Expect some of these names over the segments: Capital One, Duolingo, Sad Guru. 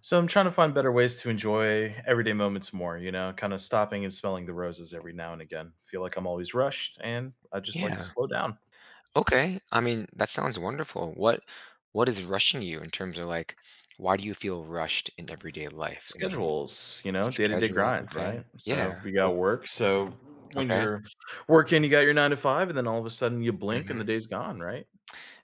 So I'm trying to find better ways to enjoy everyday moments more, kind of stopping and smelling the roses every now and again. Feel like I'm always rushed and I just like to Yeah. slow down. Okay. I mean, that sounds wonderful. What is rushing you in terms of, like, why do you feel rushed in everyday life? I mean, Schedules, day to day schedule. grind, Okay. right? So Yeah. we o- got work. So when Okay. you're working, you got your nine to five, and then all of a sudden you blink and the hmm day's gone, right?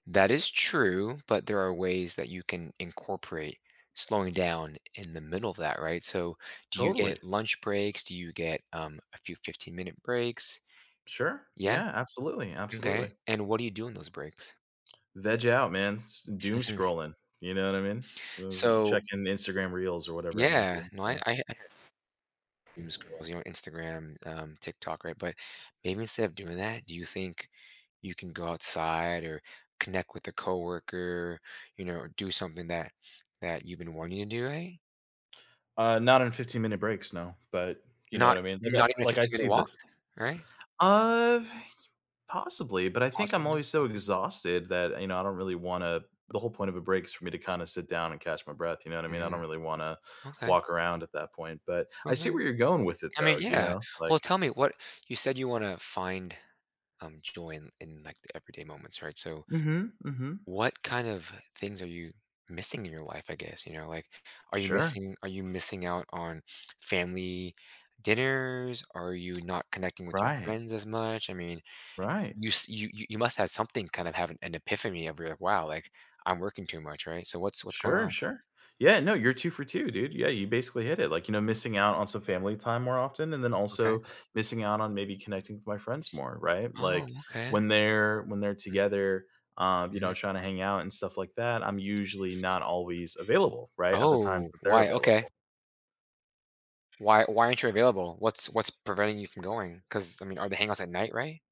That is true, but there are ways that you can incorporate slowing down in the middle of that, right? So, do you Totally. get lunch breaks? Do you get a few 15-minute breaks? Sure. Yeah. Yeah, absolutely. Okay. Absolutely. And what do you do in those breaks? Veg out, man. Doom scrolling. You know what I mean? So, Checking Instagram reels or whatever it might be. yeah, no, I, So. I Dreams girls, you know, Instagram, TikTok, right? But maybe instead of doing that, do you think you can go outside or connect with a coworker, you know, or do something that you've been wanting to do, right? Not in 15-minute breaks, no, but you know what Not I mean? Like, not even a I 15-minute see walk, this. right? Uh, Possibly, but I think I'm Possibly. always so Okay. exhausted that, I don't really wanna the whole point of a break is for me to kinda sit down and catch my breath, you know what I mean? I Hmm. don't really wanna Okay. walk around at that point, but I see Okay. where you're going with it I though, mean, you yeah. know? Well, Like. tell me, what you said you want to find joy in like the everyday moments, right? So, Mm. Mhm, mm, mhm. what kind of things are you missing in your life, I guess, you know, like, Sure. Are you missing out on family dinners? Are you not connecting with your Right, friends as much? I mean, right. you s you you you must have something, kind of have an epiphany of, you're like, "Wow, like, I'm working too much," right? So what's going Sure, on? sure. Yeah, no, you're 2 for 2, dude. Yeah, you basically hit it, like, missing out on some family time more often and then Okay. also missing out on maybe connecting with my friends more, right? Oh, Like, okay. when they're Mm, together, mhm. Trying to hang out and stuff like that, I'm usually not always available, right, at the Oh, times that they're why? Okay. available. Why aren't you available? What's preventing you from going? Because, I mean, are the hangouts at night, right?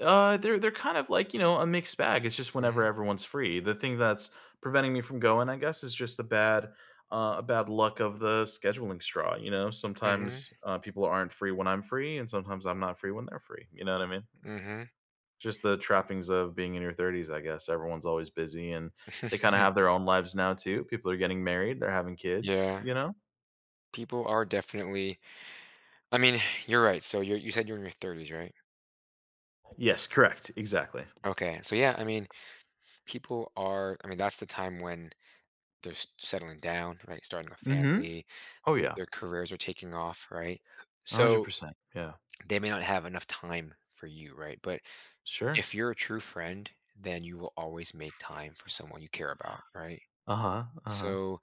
They're kind of like, a mixed bag. It's just whenever Mhm, everyone's free. The thing that's preventing me from going, I guess, is just a bad luck of the scheduling straw. Mhm, Sometimes people aren't free when I'm free, and sometimes I'm not free when they're free. You know what I mean? mhm. Just the trappings of being in your 30s, I guess. Everyone's always busy, and they kind of have their own lives now too. People are getting married, they're having kids. Yeah. You know? People are definitely I mean, you're right. So you said you're in your 30s, right? Yes, correct, exactly. Okay. So yeah, I mean, people are I mean, that's the time when settling down, right? Starting a Mm-hmm. family, Oh their yeah, their careers are taking off, right? a hundred So percent. Yeah, they may not have enough time for you, right? But sure. if you're a true friend, then you will always make time for someone you care about, right? Uh huh. Uh huh. So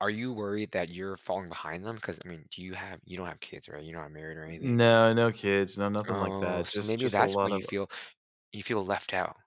are you worried that you're falling behind them? Because, I mean, do you have you don't have kids, right? You're not married or anything. No, no kids, no nothing like Oh, that, so just maybe just a that's why lot you of feel You feel Left out.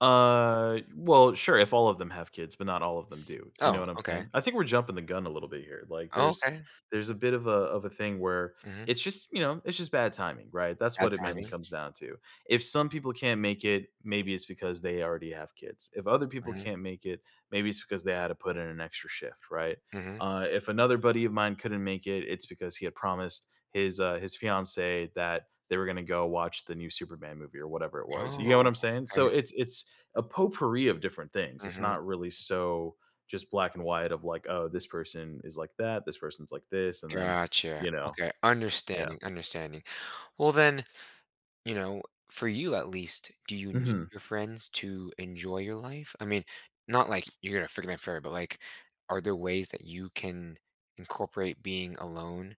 well, sure, if all of them have kids, but not all of them do. You know Oh, what I'm okay. saying? I think we're jumping the gun a little bit here. Like Oh, there's okay. there's a bit of a thing where Mhm. it's just, it's just bad timing, right? That's Bad what it mainly timing. comes down to. If some people can't make it, maybe it's because they already have kids. If other people Mhm, can't make it, maybe it's because they had to put in an extra shift, right? mhm. If another buddy of mine couldn't make it, it's because he had promised his fiance that they were going to go watch the new Superman movie or whatever it was. You get what Oh, I'm saying? okay. So it's a potpourri of different things. It's Mhm. not really so just black and white of like, oh, this person is like that, this person's like this, and then Gotcha. you know, Okay, yeah. understanding, understanding. Well, then, you know, for you at least, do you need Hmm. your friends to enjoy your life? I mean, not like you're gonna freaking unfair, but, like, are there ways that you can incorporate being alone,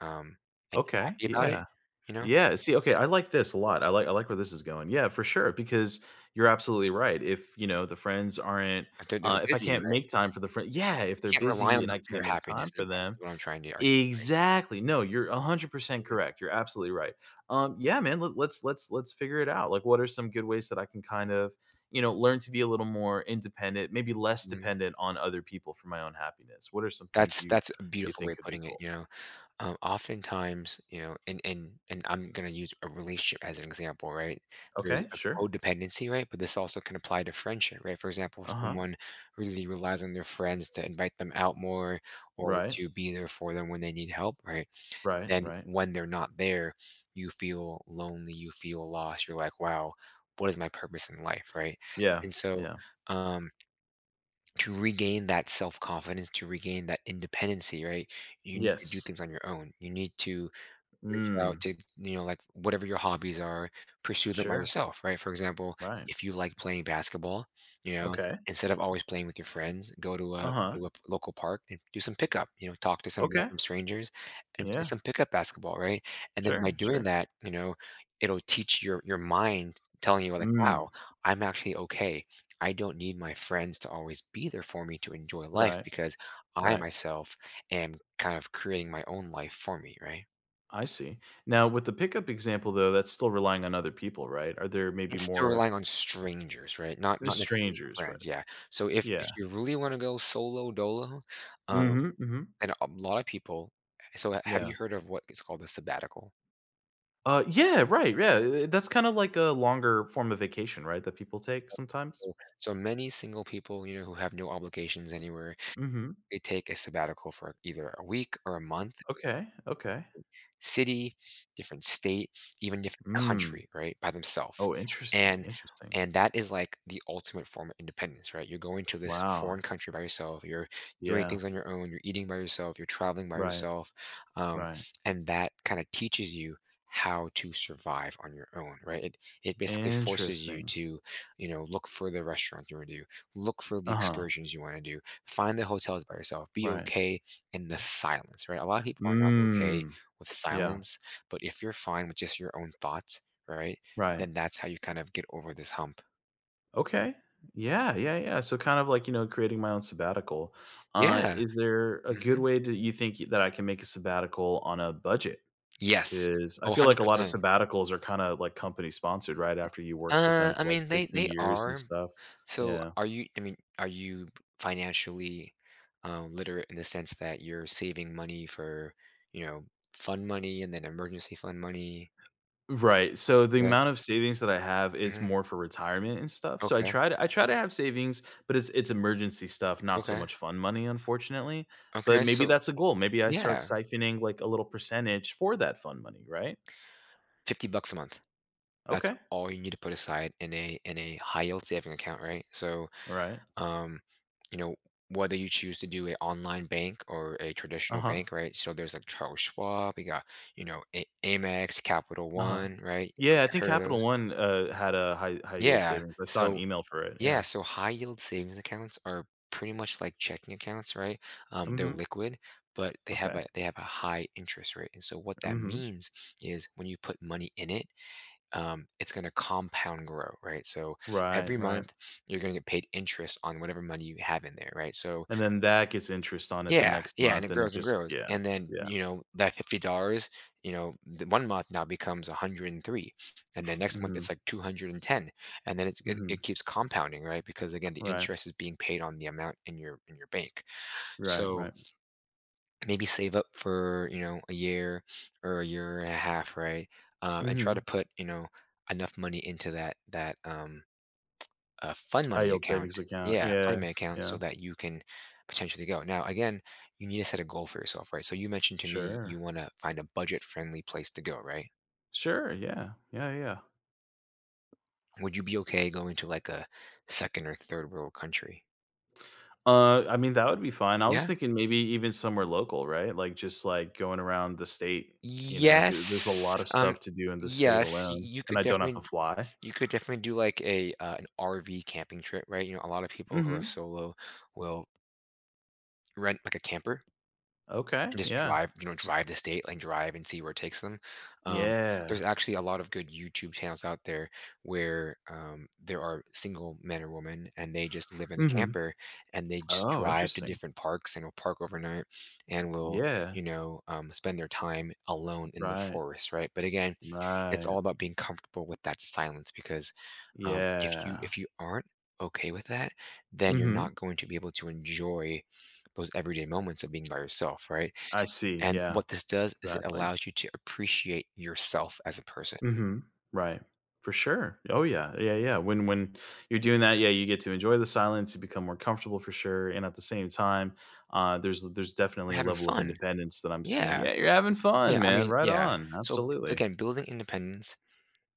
um, and be Okay. happy about it? Yeah. You know? Yeah. See, okay, I like this a lot. I like where this is going. Yeah, for sure. Because you're absolutely right. If you know the friends aren't If they're If I busy, can't right? make time for the friend, yeah, if You they're can't rely busy on and I them for your can't make happiness time is for what I'm, them. what I'm trying to argue. Exactly. No, you're 100% correct. You're absolutely right. Yeah, man, let's figure it out. Like, what are some good ways that I can kind of, learn to be a little more independent, maybe less dependent on other people for my own happiness? What are some things That's you that's a you beautiful way think of could be putting it, cool? you know? Oftentimes, you know, and I'm gonna use a relationship as an example, right? There's Okay, a sure. codependency, right? But this also can apply to friendship, right? For example, Uh huh. someone really relies on their friends to invite them out more or Right. to be there for them when they need help, right? Right. Then Right. when they're not there, you feel lonely, you feel lost, you're like, wow, what is my purpose in life, right? Yeah. And so, Yeah. um to regain that self confidence, to regain that independency, right? You need to do Yes. things on your own. You need to reach out Mm. to, you know, like, whatever your hobbies are, pursue them by Sure. yourself, right? For example, Right. if you like playing basketball, you know, Okay. instead of always playing with your friends, go Uh huh. to a local park and do some pickup, you know, talk to some Okay. random strangers and play Yeah. some pickup basketball, right? And then by Sure. doing Sure. that, you know, it'll teach your mind, telling you, like, wow, Mm. I'm actually okay. I don't need my friends to always be there for me to enjoy life, Right. because I Right. myself am kind of creating my own life for me, right? I see. Now, with the pickup example, though, that's still relying on other people, right? Are there maybe It's still more relying on strangers, right? Not There's not necessarily your strangers, right? friends, yeah. So if Yeah. you really wanna go solo dolo, um, Mm-hmm. Mm-hmm. and a lot of people so have Yeah. you heard of what is called a sabbatical? Yeah. Right. Yeah. That's kind of like a longer form of vacation, right? That people take sometimes. So many single people, you know, who have no obligations anywhere, Mm-hmm. they take a sabbatical for either a week or a month. Okay. Okay. City, different state, even different Mm. country, right, by themselves. Oh, interesting. And Interesting. and that is like the ultimate form of independence, right? You're going to this Wow. foreign country by yourself. You're doing Yeah. things on your own. You're eating by yourself. You're traveling by Right. yourself, um, Right. and that kind of teaches you how to survive on your own, right? It basically forces you Interesting. to, you know, look for the restaurants you want to do, look for the Uh huh. excursions you want to do, find the hotels by yourself, be Right. okay in the silence, right? A lot of people are not okay Mm. with Yeah. silence. But if you're fine with just your own thoughts, right, Right. then that's how you kind of get over this hump. Okay. Yeah, yeah, yeah. So kind of like, creating my own sabbatical. Yeah. Is there a good Hmm. way that you think that I can make a sabbatical on a budget? Yes. Because I Oh, feel like a lot of 100%. sabbaticals are kind of like company sponsored, right? After you work with them I for like mean, they 15 they years and are. stuff. So, Yeah. are you? I mean, are you financially, literate in the sense that you're saving money for, you know, fund money and then emergency fund money? Right, so the Yes. amount of savings that I have is Hmm. more for retirement and stuff, so I Okay. try to I try to have savings, but it's emergency stuff, not so Okay. much fun money, unfortunately, but Okay. maybe So, that's a goal, maybe I start yeah, siphoning, like, a little percentage for that fun money, right? $50 a month. That's Okay, all you need to put aside in a high yield saving account, right? So, all right. um, you know, whether you choose to do a online bank or a traditional Uh-huh, bank, right? So there's like Charles Schwab, you got, you know, Amex, Capital uh-huh. One, right? Yeah, I I've think heard of Capital those. One, had a high yield Yeah. savings, I saw an So, email for it, yeah. yeah. So high yield savings accounts are pretty much like checking accounts, right? They're Mhm, liquid, but they have okay, a they have a high interest rate. And so what that mhm. means is when you put money in it, it's going to compound grow, right? So Right, every right, month you're going to get paid interest on whatever money you have in there, right? So, and then that gets interest on it the yeah, next yeah, and month, it and it grows and just grows, yeah, and then, yeah, you know, that $50, you know, the one month now becomes 103, and the next month mhm, it's like 210, and ten, and then mhm, it keeps compounding, right? Because, again, the right. interest is being paid on the amount in your, in your bank. Right, So, right. maybe save up for, you know, a year or a year and a half, right? And try to Mhm. put, you know, enough money into that a fun High money yield account. savings account. Yeah, fun Yeah, money account so yeah. that you can potentially go. Now, again, you need to set a goal for yourself, right? So you mentioned to me you Sure. want to find a budget-friendly place to go, right? Sure, yeah. Yeah, yeah. Would you be okay going to like a second or third world country? I mean, that would be fine. I was Yeah? thinking maybe even somewhere local, right? Like, just, like, going around the state, 'cause there's a Yes, lot of stuff to do in the state yes, alone, and I don't have to fly. you could definitely do like a an RV camping trip, right? You know, a lot of people who are Mhm. solo will rent like a camper, Okay, just yeah. drive, you know, drive the state, like drive and see where it takes them. Um, Yeah. there's actually a lot of good YouTube channels out there where, there are single men or women, and they just live in a Mhm. camper and they just Oh, drive to interesting. different parks and will park overnight and will, Yeah. you know, spend their time alone in the Right. forest, right? But again, it's Right. all about being comfortable with that silence, because, Yeah. if you aren't okay with that, then you're Mhm. not going to be able to enjoy those everyday moments of being by yourself, right? I see, And yeah. what this does is it Exactly. allows you to appreciate yourself as a person. Mhm. Right. For sure. Oh yeah. Yeah, yeah. When you're doing that, yeah, you get to enjoy the silence, you become more comfortable for sure. And at the same time, there's We're definitely a having level of fun. independence that I'm seeing. Yeah. Yeah, you're having Yeah, fun, I man. mean, Right yeah. on. So, b Absolutely. again, building independence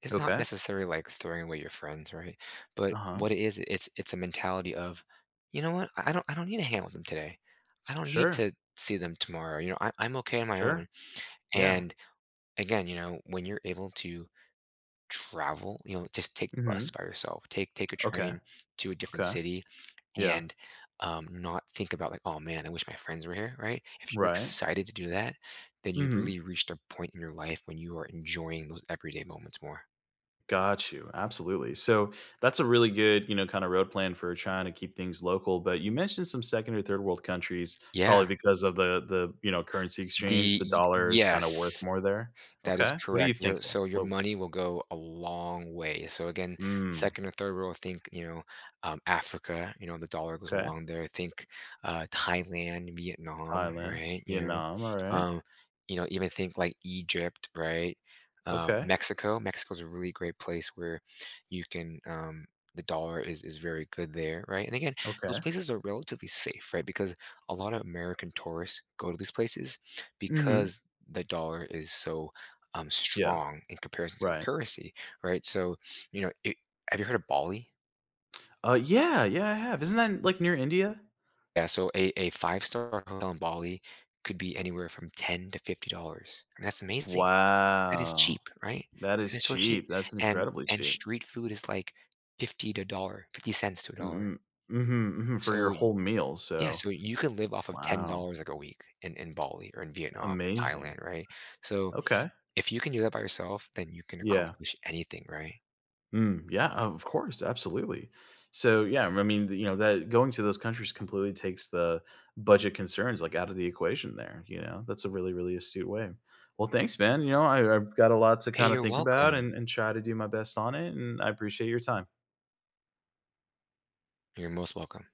is not Okay. necessarily like throwing away your friends, right? But Uh-huh. what it is, it's a mentality of, "You know what? I don't need to hang out with them today. I don't need Sure. to see them tomorrow, you know, I'm okay on my Sure. own." Yeah. And again, you know, when you're able to travel, you know, just take the bus Mhm. by yourself, take a Okay. train to a different Okay. city Yeah. and, not think about, like, oh man, I wish my friends were here, right? If you're Right. excited to do that, then you've Mhm. really reached a point in your life when you are enjoying those everyday moments more. Got you. Absolutely. So that's a really good, kind of road plan for trying to keep things local. But you mentioned some second or third world countries, Yeah. probably because of the currency exchange. The dollar is kind of worth Yes. more there. That is Okay. What are you correct. Your thinking? so your What? money will go a long way. So again, Mm, second or third world, think, you know, Africa. You know, the dollar goes okay. along there. Think, Thailand, Vietnam, Thailand, right? You Vietnam. All know, right. You know, even think like Egypt, right? Okay. Mexico. Mexico's a really great place where you can. The dollar is very good there, right? And again, those Okay. places are relatively safe, right? Because a lot of American tourists go to these places Mm-hmm. because the dollar is so, Yeah. strong in comparison to the Right. currency, right? So, you know, it, have you heard of Bali? Yeah. Yeah. I have. Isn't that like near India? Yeah, so a five-star hotel in Bali could be anywhere from $10 to $50. I mean, that's amazing. That is cheap, Wow. right? That That is is so cheap. cheap. That's And incredibly and cheap. street food is like 50 cents to a dollar. Mm-hmm, mm-hmm, for your So whole meal. yeah, So so you can live off of ten wow, dollars like a week in Bali or in Vietnam or amazing. Thailand, right? So Okay. if you can do that by yourself, then you can Yeah. accomplish anything, right? Mm, yeah, of course, absolutely. So, yeah, I mean, that going to those countries completely takes the budget concerns like out of the equation there. That's a really, really astute way. Well, thanks, man. I've got a lot to Hey, kind of you're think about welcome. and try to do my best on it. And I appreciate your time. You're most welcome.